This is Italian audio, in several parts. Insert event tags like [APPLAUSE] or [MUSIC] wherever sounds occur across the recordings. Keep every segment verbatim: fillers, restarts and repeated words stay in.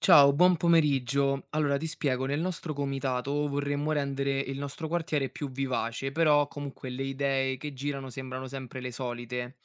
Ciao, buon pomeriggio. Allora ti spiego, nel nostro comitato vorremmo rendere il nostro quartiere più vivace, però comunque le idee che girano sembrano sempre le solite.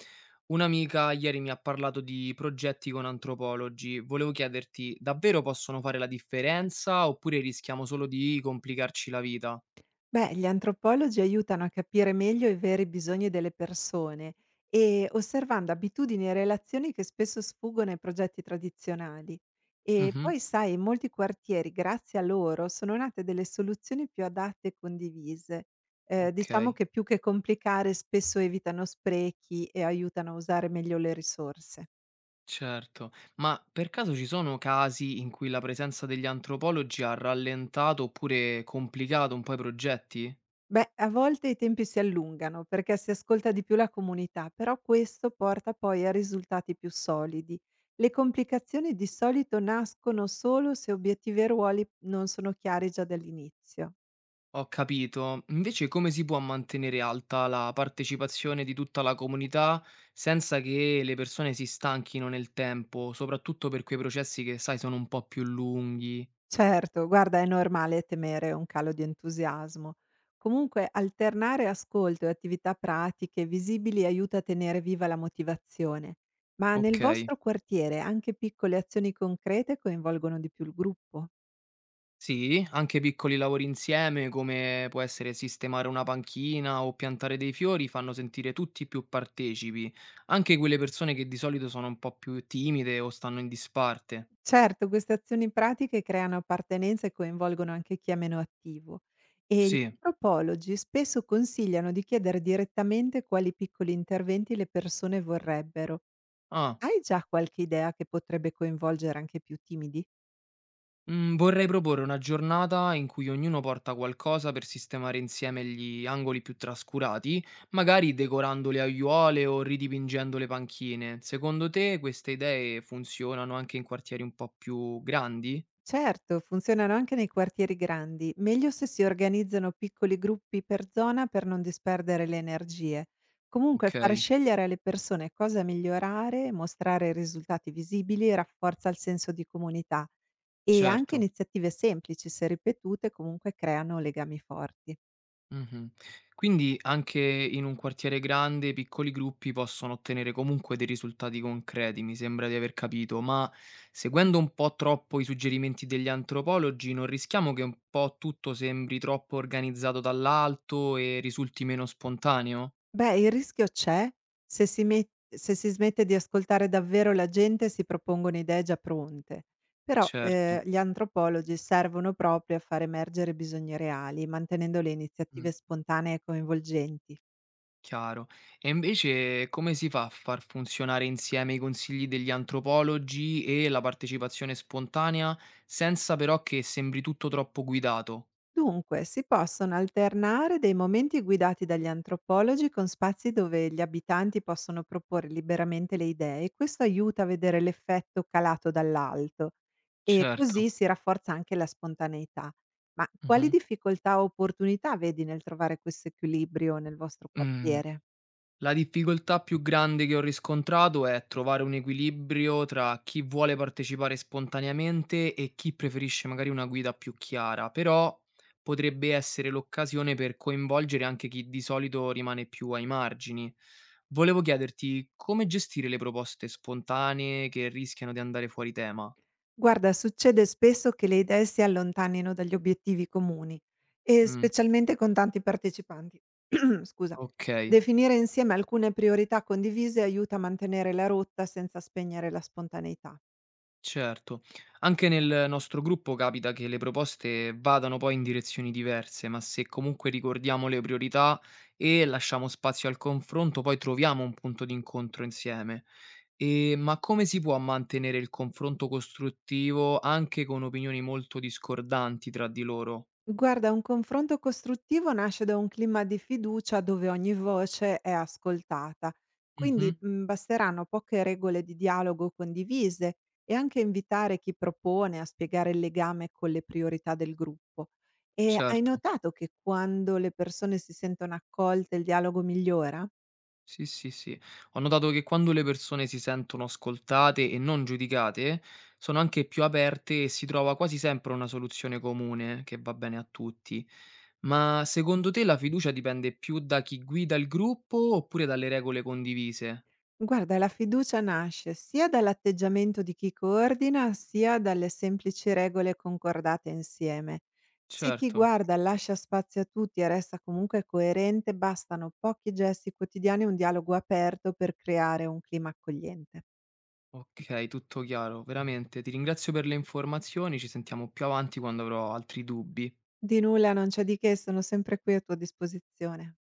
Un'amica ieri mi ha parlato di progetti con antropologi. Volevo chiederti, davvero possono fare la differenza oppure rischiamo solo di complicarci la vita? Beh, gli antropologi aiutano a capire meglio i veri bisogni delle persone e osservando abitudini e relazioni che spesso sfuggono ai progetti tradizionali. E Mhm, poi, sai, in molti quartieri, grazie a loro, sono nate delle soluzioni più adatte e condivise. Eh, diciamo ok. che più che complicare, spesso evitano sprechi e aiutano a usare meglio le risorse. Certo, ma per caso ci sono casi in cui la presenza degli antropologi ha rallentato oppure complicato un po' i progetti? Beh, a volte i tempi si allungano perché si ascolta di più la comunità, però questo porta poi a risultati più solidi. Le complicazioni di solito nascono solo se obiettivi e ruoli non sono chiari già dall'inizio. Ho capito. Invece come si può mantenere alta la partecipazione di tutta la comunità senza che le persone si stanchino nel tempo, soprattutto per quei processi che, sai, sono un po' più lunghi? Certo, guarda, è normale temere un calo di entusiasmo. Comunque, alternare ascolto e attività pratiche visibili aiuta a tenere viva la motivazione. Ma nel Ok. vostro quartiere anche piccole azioni concrete coinvolgono di più il gruppo? Sì, anche piccoli lavori insieme, come può essere sistemare una panchina o piantare dei fiori, fanno sentire tutti più partecipi, anche quelle persone che di solito sono un po' più timide o stanno in disparte. Certo, queste azioni pratiche creano appartenenza e coinvolgono anche chi è meno attivo. E gli Sì. antropologi spesso consigliano di chiedere direttamente quali piccoli interventi le persone vorrebbero. Ah. Hai già qualche idea che potrebbe coinvolgere anche i più timidi? Mhmm, Vorrei proporre una giornata in cui ognuno porta qualcosa per sistemare insieme gli angoli più trascurati, magari decorando le aiuole o ridipingendo le panchine. Secondo te queste idee funzionano anche in quartieri un po' più grandi? Certo, funzionano anche nei quartieri grandi, meglio se si organizzano piccoli gruppi per zona per non disperdere le energie. Comunque far Okay, scegliere alle persone cosa migliorare, mostrare risultati visibili rafforza il senso di comunità. E anche certo. iniziative semplici, se ripetute, comunque creano legami forti. Mh-mh. Quindi anche in un quartiere grande, piccoli gruppi possono ottenere comunque dei risultati concreti, mi sembra di aver capito, ma seguendo un po' troppo i suggerimenti degli antropologi, non rischiamo che un po' tutto sembri troppo organizzato dall'alto e risulti meno spontaneo? Beh, il rischio c'è se si met- se si smette di ascoltare davvero la gente e si propongono idee già pronte. Però Certo, eh, gli antropologi servono proprio a far emergere bisogni reali, mantenendo le mh, iniziative spontanee e coinvolgenti. chiaro. E invece come si fa a far funzionare insieme i consigli degli antropologi e la partecipazione spontanea, senza però che sembri tutto troppo guidato? Dunque, si possono alternare dei momenti guidati dagli antropologi con spazi dove gli abitanti possono proporre liberamente le idee. Questo aiuta a vedere l'effetto calato dall'alto e così Certo. si rafforza anche la spontaneità. Ma quali Mh-mh. difficoltà o opportunità vedi nel trovare questo equilibrio nel vostro Mhmm, quartiere? la difficoltà più grande che ho riscontrato è trovare un equilibrio tra chi vuole partecipare spontaneamente e chi preferisce magari una guida più chiara, però potrebbe essere l'occasione per coinvolgere anche chi di solito rimane più ai margini. Volevo chiederti come gestire le proposte spontanee che rischiano di andare fuori tema. Guarda, succede spesso che le idee si allontanino dagli obiettivi comuni, e Mh, specialmente con tanti partecipanti. [CLEARS THROAT] Scusa. okay. Definire insieme alcune priorità condivise aiuta a mantenere la rotta senza spegnere la spontaneità. Certo, anche nel nostro gruppo capita che le proposte vadano poi in direzioni diverse, ma se comunque ricordiamo le priorità e lasciamo spazio al confronto, poi troviamo un punto d'incontro insieme. E, ma come si può mantenere il confronto costruttivo anche con opinioni molto discordanti tra di loro? Guarda, un confronto costruttivo nasce da un clima di fiducia dove ogni voce è ascoltata. Mhm, Quindi mh, basteranno poche regole di dialogo condivise e anche invitare chi propone a spiegare il legame con le priorità del gruppo. E hai certo. notato che quando le persone si sentono accolte il dialogo migliora? Sì, sì, sì. Ho notato che quando le persone si sentono ascoltate e non giudicate, sono anche più aperte e si trova quasi sempre una soluzione comune che va bene a tutti. Ma secondo te la fiducia dipende più da chi guida il gruppo oppure dalle regole condivise? Guarda, la fiducia nasce sia dall'atteggiamento di chi coordina, sia dalle semplici regole concordate insieme. Se chi Certo. guarda lascia spazio a tutti e resta comunque coerente, bastano pochi gesti quotidiani e un dialogo aperto per creare un clima accogliente. Ok, tutto chiaro, veramente. Ti ringrazio per le informazioni, ci sentiamo più avanti quando avrò altri dubbi. Di nulla, non c'è di che, sono sempre qui a tua disposizione.